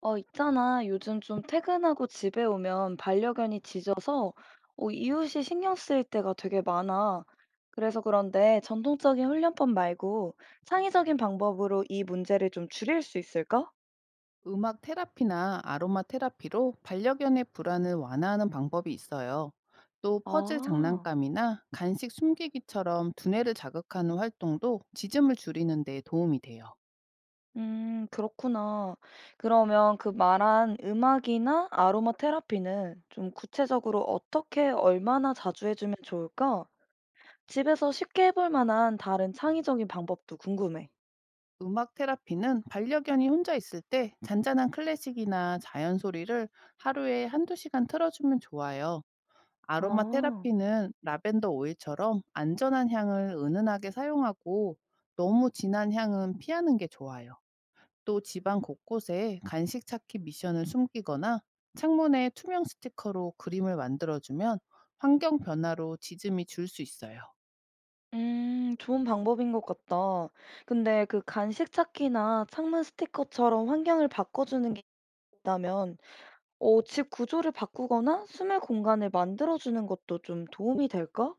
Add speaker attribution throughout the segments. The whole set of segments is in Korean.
Speaker 1: 있잖아. 요즘 좀 퇴근하고 집에 오면 반려견이 짖어서 이웃이 신경 쓰일 때가 되게 많아. 그래서 그런데 전통적인 훈련법 말고 창의적인 방법으로 이 문제를 좀 줄일 수 있을까?
Speaker 2: 음악 테라피나 아로마 테라피로 반려견의 불안을 완화하는 방법이 있어요. 또 퍼즐
Speaker 1: 아,
Speaker 2: 장난감이나 간식 숨기기처럼 두뇌를 자극하는 활동도 지을 줄이는 데 도움이 돼요.
Speaker 1: 그렇구나. 그러면 그 말한 음악이나 아로마 테라피는 좀 구체적으로 어떻게 얼마나 자주 해주면 좋을까? 집에서 쉽게 해볼 만한 다른 창의적인 방법도 궁금해.
Speaker 2: 음악 테라피는 반려견이 혼자 있을 때 잔잔한 클래식이나 자연 소리를 하루에 한두 시간 틀어주면 좋아요. 아로마
Speaker 1: 아.
Speaker 2: 테라피는 라벤더 오일처럼 안전한 향을 은은하게 사용하고, 너무 진한 향은 피하는 게 좋아요. 또 집안 곳곳에 간식 찾기 미션을 숨기거나 창문에 투명 스티커로 그림을 만들어주면 환경 변화로 지짐이 줄 수 있어요.
Speaker 1: 좋은 방법인 것 같다. 근데 그 간식 찾기나 창문 스티커처럼 환경을 바꿔주는 게 있다면, 집 구조를 바꾸거나 숨을 공간을 만들어주는 것도 좀 도움이 될까?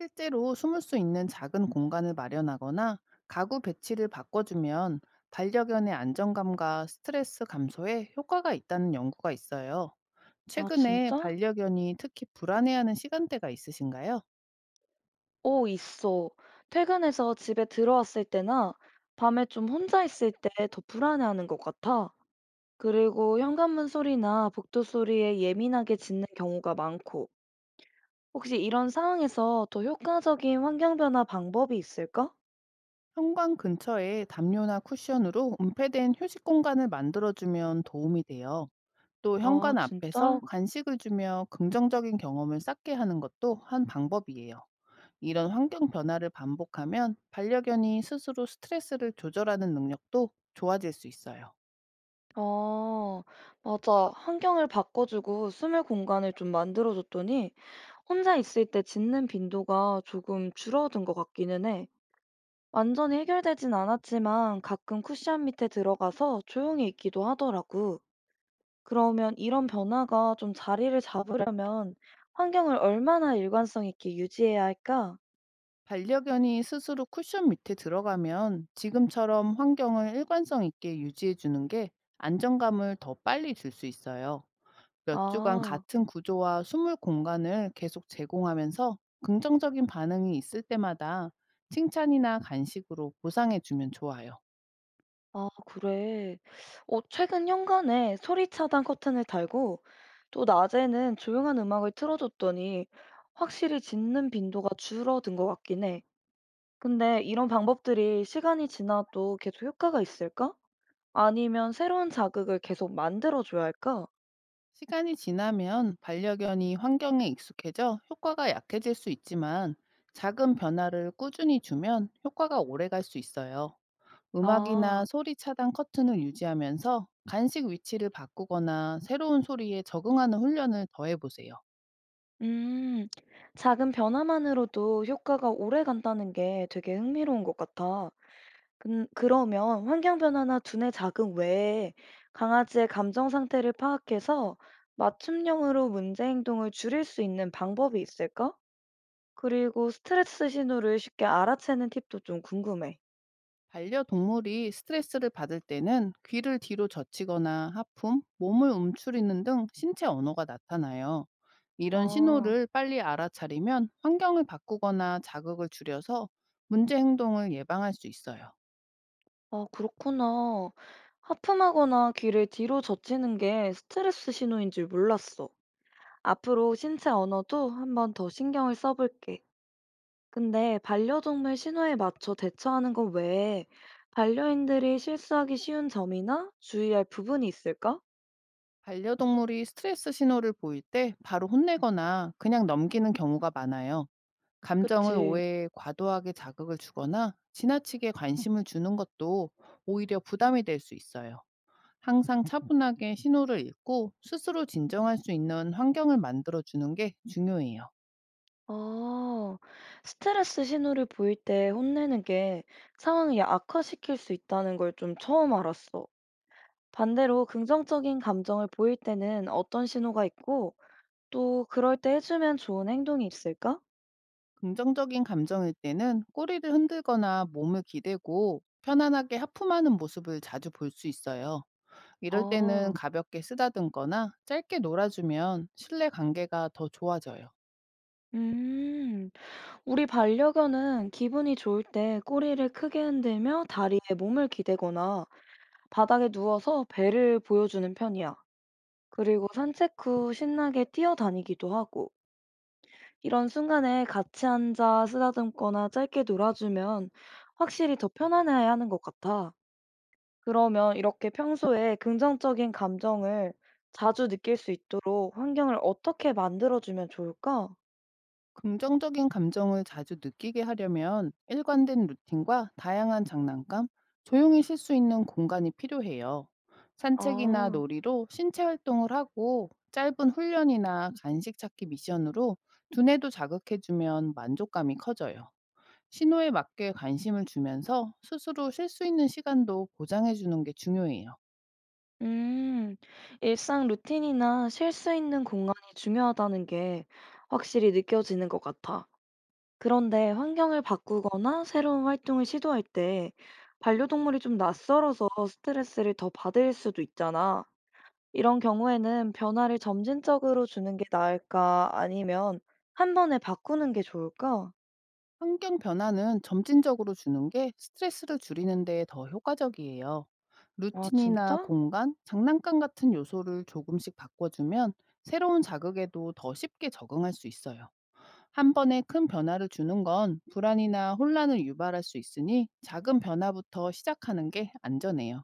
Speaker 2: 실제로 숨을 수 있는 작은 공간을 마련하거나 가구 배치를 바꿔주면 반려견의 안정감과 스트레스 감소에 효과가 있다는 연구가 있어요.
Speaker 1: 아,
Speaker 2: 최근에
Speaker 1: 진짜?
Speaker 2: 반려견이 특히 불안해하는 시간대가 있으신가요?
Speaker 1: 어, 있어. 퇴근해서 집에 들어왔을 때나 밤에 좀 혼자 있을 때 더 불안해하는 것 같아. 그리고 현관문 소리나 복도 소리에 예민하게 짖는 경우가 많고, 혹시 이런 상황에서 더 효과적인 환경 변화 방법이 있을까?
Speaker 2: 현관 근처에 담요나 쿠션으로 은폐된 휴식 공간을 만들어주면 도움이 돼요. 또
Speaker 1: 아
Speaker 2: 현관 앞에서
Speaker 1: 진짜?
Speaker 2: 간식을 주며 긍정적인 경험을 쌓게 하는 것도 한 방법이에요. 이런 환경 변화를 반복하면 반려견이 스스로 스트레스를 조절하는 능력도 좋아질 수 있어요.
Speaker 1: 아 맞아. 환경을 바꿔주고 숨을 공간을 좀 만들어 줬더니 혼자 있을 때 짖는 빈도가 조금 줄어든 것 같기는 해. 완전히 해결되진 않았지만 가끔 쿠션 밑에 들어가서 조용히 있기도 하더라고. 그러면 이런 변화가 좀 자리를 잡으려면 환경을 얼마나 일관성 있게 유지해야 할까?
Speaker 2: 반려견이 스스로 쿠션 밑에 들어가면 지금처럼 환경을 일관성 있게 유지해 주는 게 안정감을 더 빨리 줄 수 있어요. 몇 주간
Speaker 1: 아.
Speaker 2: 같은 구조와 숨을 공간을 계속 제공하면서 긍정적인 반응이 있을 때마다 칭찬이나 간식으로 보상해 주면 좋아요.
Speaker 1: 아 그래. 어 최근 현관에 소리 차단 커튼을 달고 또 낮에는 조용한 음악을 틀어줬더니 확실히 짖는 빈도가 줄어든 것 같긴 해. 근데 이런 방법들이 시간이 지나도 계속 효과가 있을까? 아니면 새로운 자극을 계속 만들어줘야 할까?
Speaker 2: 시간이 지나면 반려견이 환경에 익숙해져 효과가 약해질 수 있지만, 작은 변화를 꾸준히 주면 효과가 오래 갈 수 있어요. 음악이나
Speaker 1: 아,
Speaker 2: 소리 차단 커튼을 유지하면서 간식 위치를 바꾸거나 새로운 소리에 적응하는 훈련을 더해 보세요.
Speaker 1: 음, 작은 변화만으로도 효과가 오래 간다는 게 되게 흥미로운 것 같아. 근 그러면 환경 변화나 두뇌 자극 외에 강아지의 감정 상태를 파악해서 맞춤형으로 문제 행동을 줄일 수 있는 방법이 있을까? 그리고 스트레스 신호를 쉽게 알아채는 팁도 좀 궁금해.
Speaker 2: 반려동물이 스트레스를 받을 때는 귀를 뒤로 젖히거나 하품, 몸을 움츠리는 등 신체 언어가 나타나요. 이런
Speaker 1: 아,
Speaker 2: 신호를 빨리 알아차리면 환경을 바꾸거나 자극을 줄여서 문제 행동을 예방할 수 있어요.
Speaker 1: 아, 그렇구나. 하품하거나 귀를 뒤로 젖히는 게 스트레스 신호인 줄 몰랐어. 앞으로 신체 언어도 한번 더 신경을 써볼게. 근데 반려동물 신호에 맞춰 대처하는 것 외에 반려인들이 실수하기 쉬운 점이나 주의할 부분이 있을까?
Speaker 2: 반려동물이 스트레스 신호를 보일 때 바로 혼내거나 그냥 넘기는 경우가 많아요. 감정을
Speaker 1: 그치.
Speaker 2: 오해해 과도하게 자극을 주거나 지나치게 관심을 주는 것도 오히려 부담이 될 수 있어요. 항상 차분하게 신호를 읽고 스스로 진정할 수 있는 환경을 만들어주는 게 중요해요.
Speaker 1: 아, 스트레스 신호를 보일 때 혼내는 게 상황을 악화시킬 수 있다는 걸 좀 처음 알았어. 반대로 긍정적인 감정을 보일 때는 어떤 신호가 있고, 또 그럴 때 해주면 좋은 행동이 있을까?
Speaker 2: 긍정적인 감정일 때는 꼬리를 흔들거나 몸을 기대고 편안하게 하품하는 모습을 자주 볼 수 있어요. 이럴 때는
Speaker 1: 아,
Speaker 2: 가볍게 쓰다듬거나 짧게 놀아주면 신뢰 관계가 더 좋아져요.
Speaker 1: 음. 우리 반려견은 기분이 좋을 때 꼬리를 크게 흔들며 다리에 몸을 기대거나 바닥에 누워서 배를 보여주는 편이야. 그리고 산책 후 신나게 뛰어다니기도 하고. 이런 순간에 같이 앉아 쓰다듬거나 짧게 놀아주면 확실히 더 편안해야 하는 것 같아. 그러면 이렇게 평소에 긍정적인 감정을 자주 느낄 수 있도록 환경을 어떻게 만들어주면 좋을까?
Speaker 2: 긍정적인 감정을 자주 느끼게 하려면 일관된 루틴과 다양한 장난감, 조용히 쉴 수 있는 공간이 필요해요. 산책이나
Speaker 1: 아.
Speaker 2: 놀이로 신체 활동을 하고 짧은 훈련이나 간식 찾기 미션으로 두뇌도 자극해주면 만족감이 커져요. 신호에 맞게 관심을 주면서 스스로 쉴 수 있는 시간도 보장해주는 게 중요해요.
Speaker 1: 음, 일상 루틴이나 쉴 수 있는 공간이 중요하다는 게 확실히 느껴지는 것 같아. 그런데 환경을 바꾸거나 새로운 활동을 시도할 때 반려동물이 좀 낯설어서 스트레스를 더 받을 수도 있잖아. 이런 경우에는 변화를 점진적으로 주는 게 나을까? 아니면 한 번에 바꾸는 게 좋을까?
Speaker 2: 환경 변화는 점진적으로 주는 게 스트레스를 줄이는 데 더 효과적이에요.
Speaker 1: 아,
Speaker 2: 루틴이나
Speaker 1: 진짜?
Speaker 2: 공간, 장난감 같은 요소를 조금씩 바꿔주면 새로운 자극에도 더 쉽게 적응할 수 있어요. 한 번에 큰 변화를 주는 건 불안이나 혼란을 유발할 수 있으니 작은 변화부터 시작하는 게 안전해요.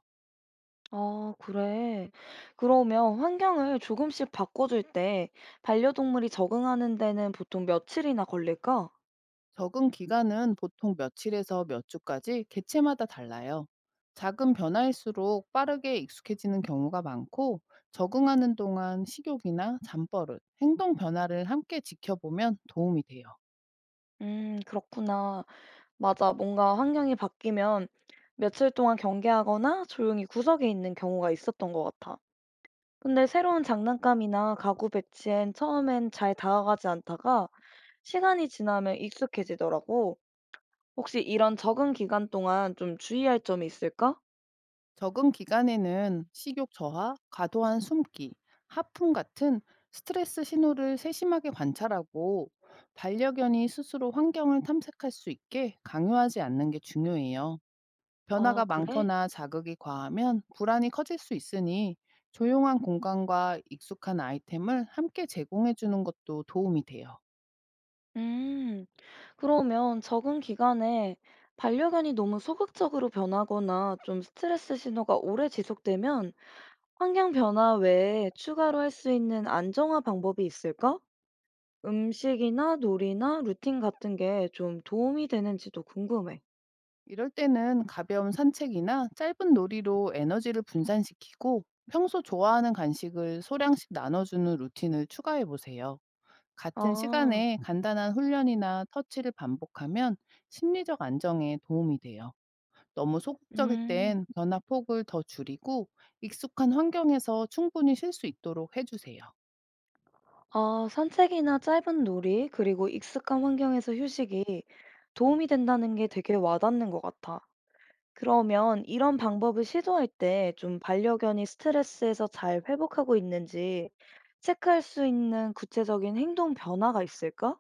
Speaker 1: 아, 그래. 그러면 환경을 조금씩 바꿔줄 때 반려동물이 적응하는 데는 보통 며칠이나 걸릴까?
Speaker 2: 적응 기간은 보통 며칠에서 몇 주까지 개체마다 달라요. 작은 변화일수록 빠르게 익숙해지는 경우가 많고, 적응하는 동안 식욕이나 잠버릇, 행동 변화를 함께 지켜보면 도움이 돼요.
Speaker 1: 그렇구나. 맞아. 뭔가 환경이 바뀌면 며칠 동안 경계하거나 조용히 구석에 있는 경우가 있었던 것 같아. 근데 새로운 장난감이나 가구 배치엔 처음엔 잘 다가가지 않다가 시간이 지나면 익숙해지더라고. 혹시 이런 적응 기간 동안 좀 주의할 점이 있을까?
Speaker 2: 적응 기간에는 식욕 저하, 과도한 숨기, 하품 같은 스트레스 신호를 세심하게 관찰하고, 반려견이 스스로 환경을 탐색할 수 있게 강요하지 않는 게 중요해요. 변화가
Speaker 1: 아, 그래?
Speaker 2: 많거나 자극이 과하면 불안이 커질 수 있으니 조용한 공간과 익숙한 아이템을 함께 제공해 주는 것도 도움이 돼요.
Speaker 1: 음, 그러면 적응 기간에 반려견이 너무 소극적으로 변하거나 좀 스트레스 신호가 오래 지속되면 환경 변화 외에 추가로 할 수 있는 안정화 방법이 있을까? 음식이나 놀이나 루틴 같은 게 좀 도움이 되는지도 궁금해.
Speaker 2: 이럴 때는 가벼운 산책이나 짧은 놀이로 에너지를 분산시키고 평소 좋아하는 간식을 소량씩 나눠주는 루틴을 추가해 보세요. 같은
Speaker 1: 아,
Speaker 2: 시간에 간단한 훈련이나 터치를 반복하면 심리적 안정에 도움이 돼요. 너무 소극적일 땐
Speaker 1: 음.
Speaker 2: 변화 폭을 더 줄이고 익숙한 환경에서 충분히 쉴 수 있도록 해주세요.
Speaker 1: 아, 산책이나 짧은 놀이, 그리고 익숙한 환경에서 휴식이 도움이 된다는 게 되게 와닿는 것 같아. 그러면 이런 방법을 시도할 때 좀 반려견이 스트레스에서 잘 회복하고 있는지 체크할 수 있는 구체적인 행동 변화가 있을까?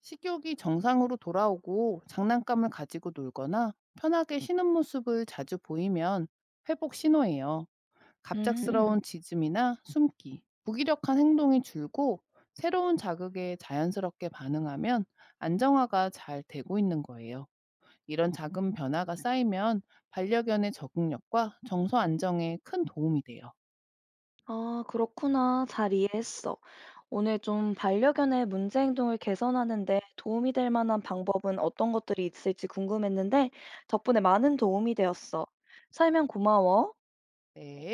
Speaker 2: 식욕이 정상으로 돌아오고 장난감을 가지고 놀거나 편하게 쉬는 모습을 자주 보이면 회복 신호예요.
Speaker 1: 음,
Speaker 2: 갑작스러운 짖음이나 숨기, 무기력한 행동이 줄고 새로운 자극에 자연스럽게 반응하면 안정화가 잘 되고 있는 거예요. 이런 작은 변화가 쌓이면 반려견의 적응력과 정서 안정에 큰 도움이 돼요.
Speaker 1: 아, 그렇구나. 잘 이해했어. 오늘 좀 반려견의 문제 행동을 개선하는데 도움이 될 만한 방법은 어떤 것들이 있을지 궁금했는데 덕분에 많은 도움이 되었어. 설명 고마워.
Speaker 2: 네.